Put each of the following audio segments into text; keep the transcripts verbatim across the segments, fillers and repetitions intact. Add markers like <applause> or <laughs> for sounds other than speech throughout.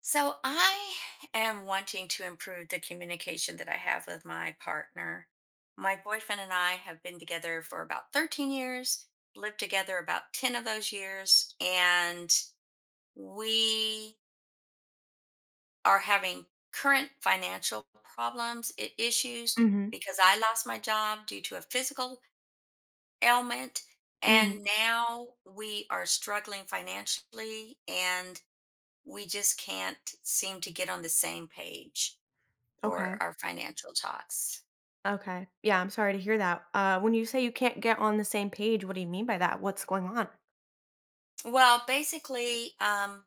So I am wanting to improve the communication that I have with my partner. My boyfriend and I have been together for about thirteen years, lived together about ten of those years, and we are having current financial problems, i- issues, Mhm, because I lost my job due to a physical ailment. mhm. And now we are struggling financially and we just can't seem to get on the same page for Okay, our financial talks. okay. Yeah, I'm sorry to hear that. Uh, when you say you can't get on the same page, what do you mean by that? What's going on? Well, basically, um,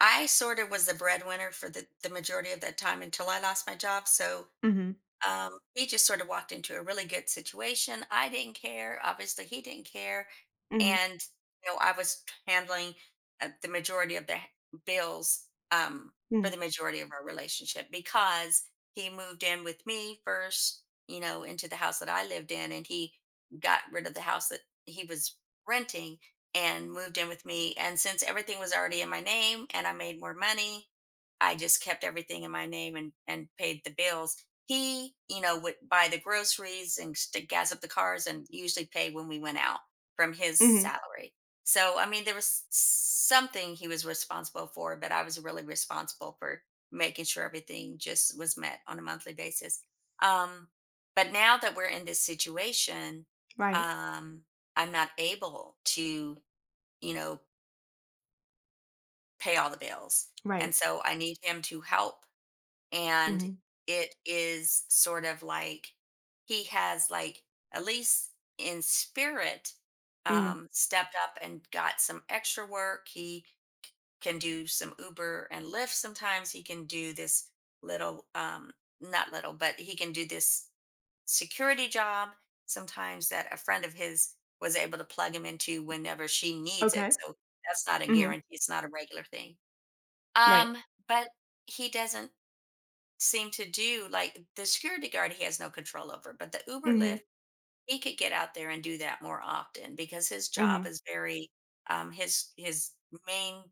I sort of was the breadwinner for the, the majority of that time until I lost my job. So Mhm, Um, he just sort of walked into a really good situation. I didn't care. Obviously, he didn't care. mhm, And, you know, I was handling uh, the majority of the h- bills um, for mm, the majority of our relationship because he moved in with me first, you know, into the house that I lived in. And he got rid of the house that he was renting and moved in with me. And since everything was already in my name and I made more money, I just kept everything in my name and, and paid the bills. He, you know, would buy the groceries and s- to gas up the cars and usually pay when we went out from his mhm. salary. So, I mean, there was something he was responsible for, but I was really responsible for making sure everything just was met on a monthly basis. Um, but now that we're in this situation, Right, um, I'm not able to, you know, pay all the bills. right. And so I need him to help, and Mhm, it is sort of like he has, like, at least in spirit mhm. um stepped up and got some extra work. He c- can do some Uber and Lyft sometimes. He can do this little um not little, but he can do this security job sometimes that a friend of his was able to plug him into whenever she needs Okay. it. So that's not a Mhm. guarantee, it's not a regular thing. Right. um but he doesn't seem to do, like, the security guard he has no control over, but the Uber Mhm, Lyft, he could get out there and do that more often because his job mhm. is very um his his main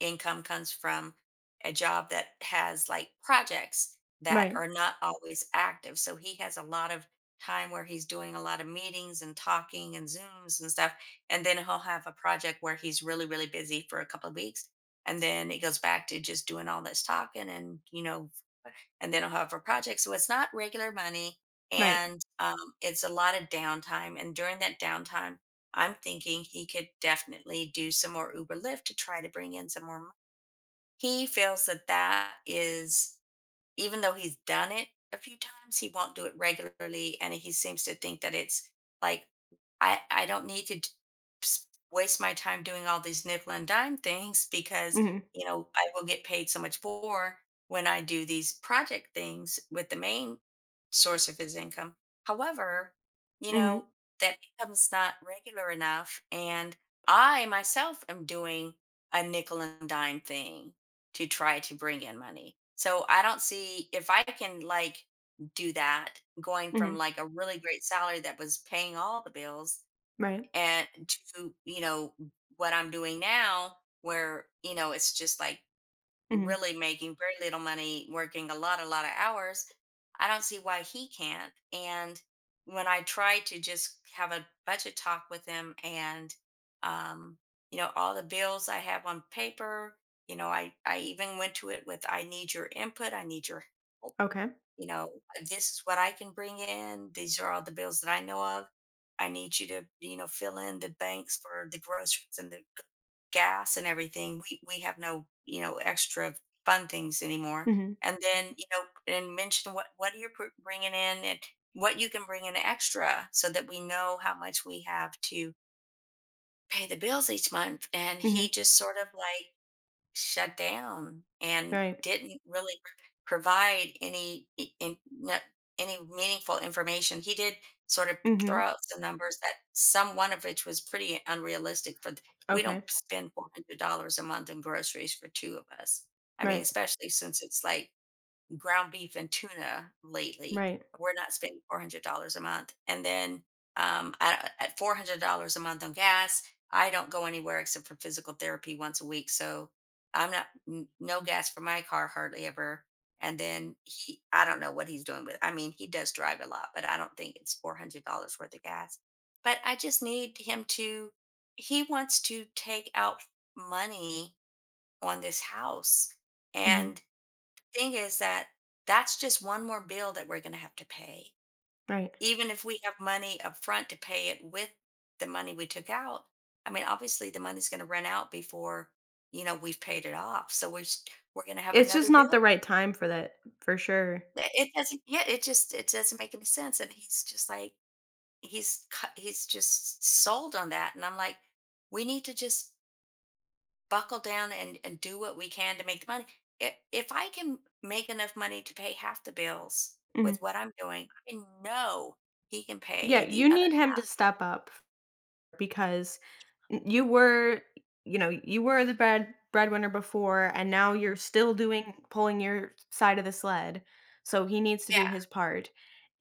income comes from a job that has, like, projects that Right, are not always active, so he has a lot of time where he's doing a lot of meetings and talking and Zooms and stuff, and then he'll have a project where he's really, really busy for a couple of weeks, and then it goes back to just doing all this talking and, you know, and they don't have a project. So it's not regular money, right. and um, it's a lot of downtime. And during that downtime, I'm thinking he could definitely do some more Uber Lyft to try to bring in some more money. He feels that that is, even though he's done it a few times, he won't do it regularly, and he seems to think that it's like, I I don't need to d- s- waste my time doing all these nickel and dime things because, Mhm, you know, I will get paid so much more when I do these project things with the main source of his income. However, you mhm, know, that income's not regular enough, and I myself am doing a nickel and dime thing to try to bring in money. So I don't see if I can, like, do that, going mhm. from like a really great salary that was paying all the bills, Right. and to, you know, what I'm doing now, where, you know, it's just like Mhm. really making very little money, working a lot, a lot of hours. I don't see why he can't. And when I try to just have a budget talk with him and, um, you know, all the bills I have on paper, you know, I, I even went to it with, I need your input, I need your help, Okay. you know, this is what I can bring in. These are all the bills that I know of. I need you to, you know, fill in the banks for the groceries and the g- gas and everything. We we have no, you know, extra fun things anymore. Mhm, And then, you know, and mention what what you're pr- bringing in and what you can bring in extra, so that we know how much we have to pay the bills each month. And mhm. he just sort of, like, shut down and Right. didn't really provide any I- in, no- any meaningful information. He did sort of Mhm. throw out some numbers, that some, one of which was pretty unrealistic. For th- we don't Okay. spend four hundred dollars a month in groceries for two of us. I mean, Right, especially since it's like ground beef and tuna lately. right. We're not spending four hundred dollars a month. And then um, at, at four hundred dollars a month on gas, I don't go anywhere except for physical therapy once a week. So I'm not, n- no gas for my car hardly ever. And then he, I don't know what he's doing with, I mean, he does drive a lot, but I don't think it's four hundred dollars worth of gas. But I just need him to, he wants to take out money on this house. Mhm. And thing is that that's just one more bill that we're going to have to pay. Right. Even if we have money up front to pay it with, the money we took out, I mean, obviously the money's going to run out before, you know, we've paid it off. So we're s- we're going to have It's just another not bill. the right time for that, for sure. Th- It doesn't. Yeah, it just, it doesn't make any sense. And he's just like, he's cu- he's just sold on that. And I'm like, we need to just buckle down and, and do what we can to make the money. If, if I can make enough money to pay half the bills Mhm. with what I'm doing, I know he can Yeah, pay the you other need him to half. step up. Because n you were you know, you were the bread breadwinner before, and now you're still doing pulling your side of the sled, so he needs to Yeah, do his part,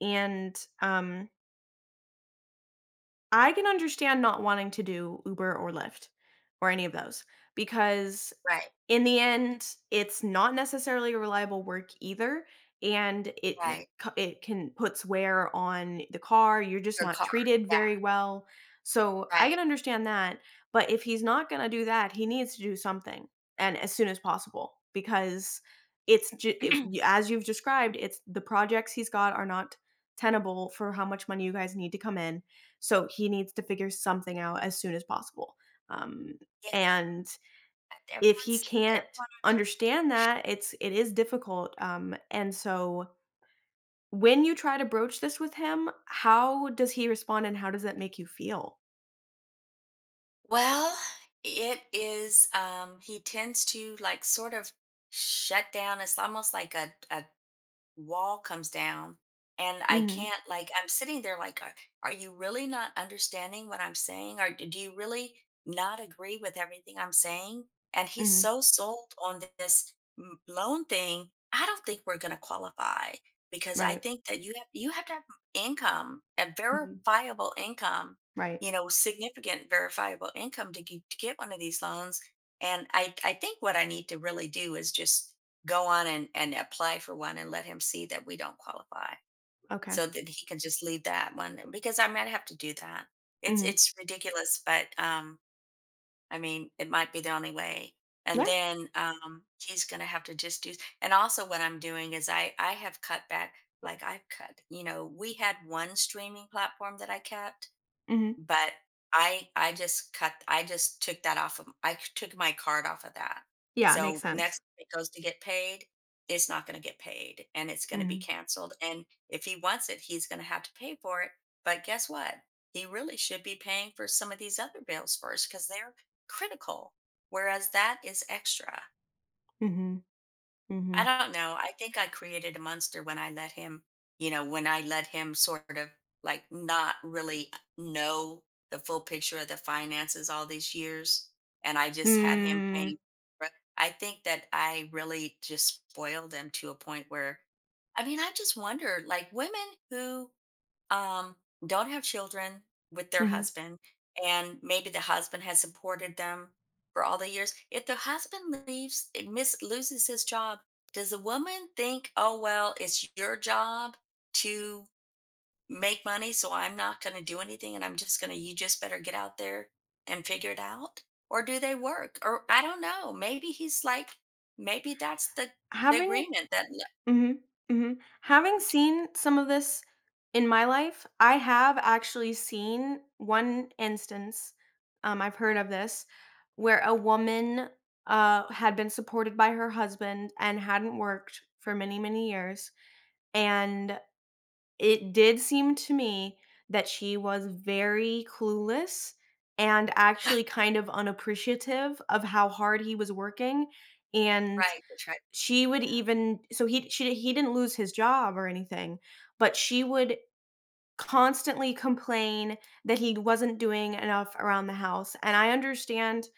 and, um I can understand not wanting to do Uber or Lyft or any of those because right, in the end, it's not necessarily reliable work either, and it it right. c it can puts wear on the car, you're just Your not car. treated Yeah, very well, so I right. can understand that, but if he's not gonna do that, he needs to do something, and as soon as possible because it's ju <clears throat> it yeah, y as you've described, it's the projects he's got are not tenable for how much money you guys need to come in, so he needs to figure something out as soon as possible. Um, and if he everyone's, can't everyone. understand that, it's it is difficult. Um, and so when you try to broach this with him, how does he respond and how does that make you feel? Well, it is, um, he tends to, like, sort of shut down. It's almost like a, a wall comes down, and I Mhm. can't, like I'm sitting there like, are, are you really not understanding what I'm saying, or do you really not agree with everything I'm saying? And he's Mhm. so sold on this m- loan thing. I don't think we're going to qualify because I Right. think that you have you have to have income, a Mhm. verifiable income, Right. you know, significant verifiable income to, get to get one of these loans. And I I think what I need to really do is just go on and, and apply for one and let him see that we don't qualify, Okay. so that he can just leave that one, because I might have to do that. It's Mhm. it's ridiculous, but um I mean, it might be the only way. And Yeah. then um he's gonna have to just do. And also, what I'm doing is I I have cut back, like I've cut, you know, we had one streaming platform that I kept, Mhm. but I I just cut, I just took that off of, I took my card off of that. Yeah, makes So next sense. time it goes to get paid, it's not going to get paid and it's going to be Mhm. canceled. And if he wants it, he's going to have to pay for it. But guess what? He really should be paying for some of these other bills first, because they're critical. Whereas that is extra. Mhm. I Mhm. don't know. I think I created a monster when I let him, you know, when I let him sort of, like, not really know the full picture of the finances all these years. And I just had him Mm. paying for it. I think that I really just spoiled them to a point where, I mean, I just wonder, like, women who um, don't have children with their Mhm. husband, and maybe the husband has supported them for all the years. If the husband leaves, it miss loses his job, does the woman think, "Oh, well, it's your job to make money, so I'm not going to do anything, and I'm just going to, you just better get out there and figure it out"? Or do they work? Or I don't know. Maybe he's like, maybe that's the the Having agreement that, Mhm, mhm. Having seen some of this in my life, I have actually seen one instance. um, I've heard of this, where a woman, uh, had been supported by her husband and hadn't worked for many, many years, and it did seem to me that she was very clueless and actually <laughs> kind of unappreciative of how hard he was working, and right, that's right, she would yeah, even so he she he didn't lose his job or anything, but she would constantly complain that he wasn't doing enough around the house, and I understand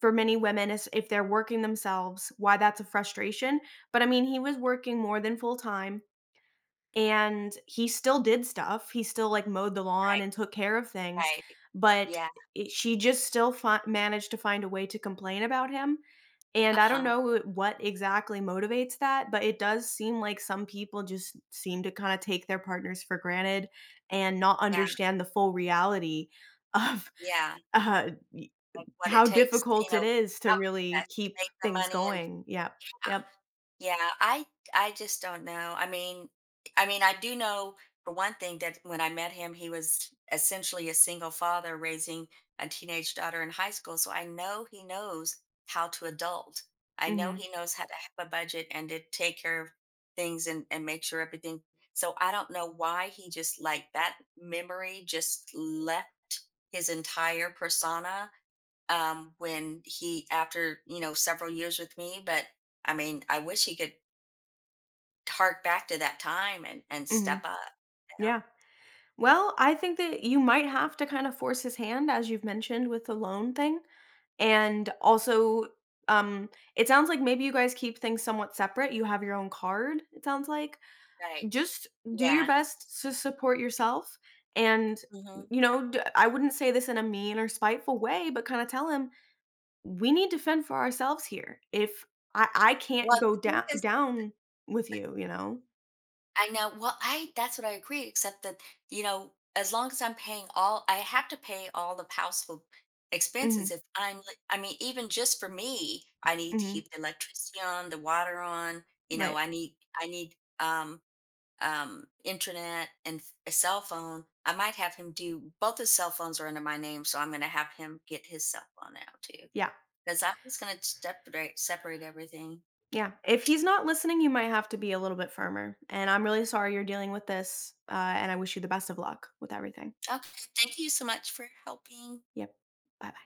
for many women is if they're working themselves, why that's a frustration, but, I mean, he was working more than full time, and he still did stuff, he still, like, mowed the lawn right, and took care of things, right, but I yeah, she just still fin managed to find a way to complain about him, uh and I don't huh. know wh what exactly motivates that, but it does seem like some people just seem to kinda take their partners for granted and not Yeah, understand the full reality of, yeah, <laughs> uh, y like, what it how takes, you difficult it know, is to how really fast to keep make the things money, and going. Yep. Yep. yeah, yeah, I I just don't know, I mean, I mean, I do know, for one thing, that when I met him, he was essentially a single father raising a teenage daughter in high school, so I know he knows how to adult. I know Mhm. he knows how to have a budget and to take care of things and and make sure everything, so I don't know why he just, like, that memory just left his entire persona, um when he, after, you know, several years with me. But I mean, I wish he could hark back to that time and and Mhm. step up, you know. Yeah. Well, I think that you might have to kinda force his hand, as you've mentioned with the loan thing. And also, um, it sounds like maybe you guys keep things somewhat separate. You have your own card, it sounds like? Right, Just do your yeah, best to support yourself, and hmm, you know d- I wouldn't say this in a mean or spiteful way, but kind of tell him we need to fend for ourselves here. If i i can't well, go the thing down is, down with you you know I know, well I that's what I agree, except that, you know, as long as I'm paying all, I have to pay all the household Hmm. expenses, if I'm li- I mean, even just for me, I need to Hmm. keep the electricity on, the water on, you know, Right. i need I need um um, internet and f- a cell phone. I might have him do both. His cell phones are under my name, so I'm going to have him get his cell phone out too, Yeah, because I'm just going to separate separate everything. yeah, if he's not listening you might have to be a little bit firmer, and I'm really sorry you're dealing with this, uh, and I wish you the best of luck with everything. Okay, thank you so much for helping. Yep. Bye bye.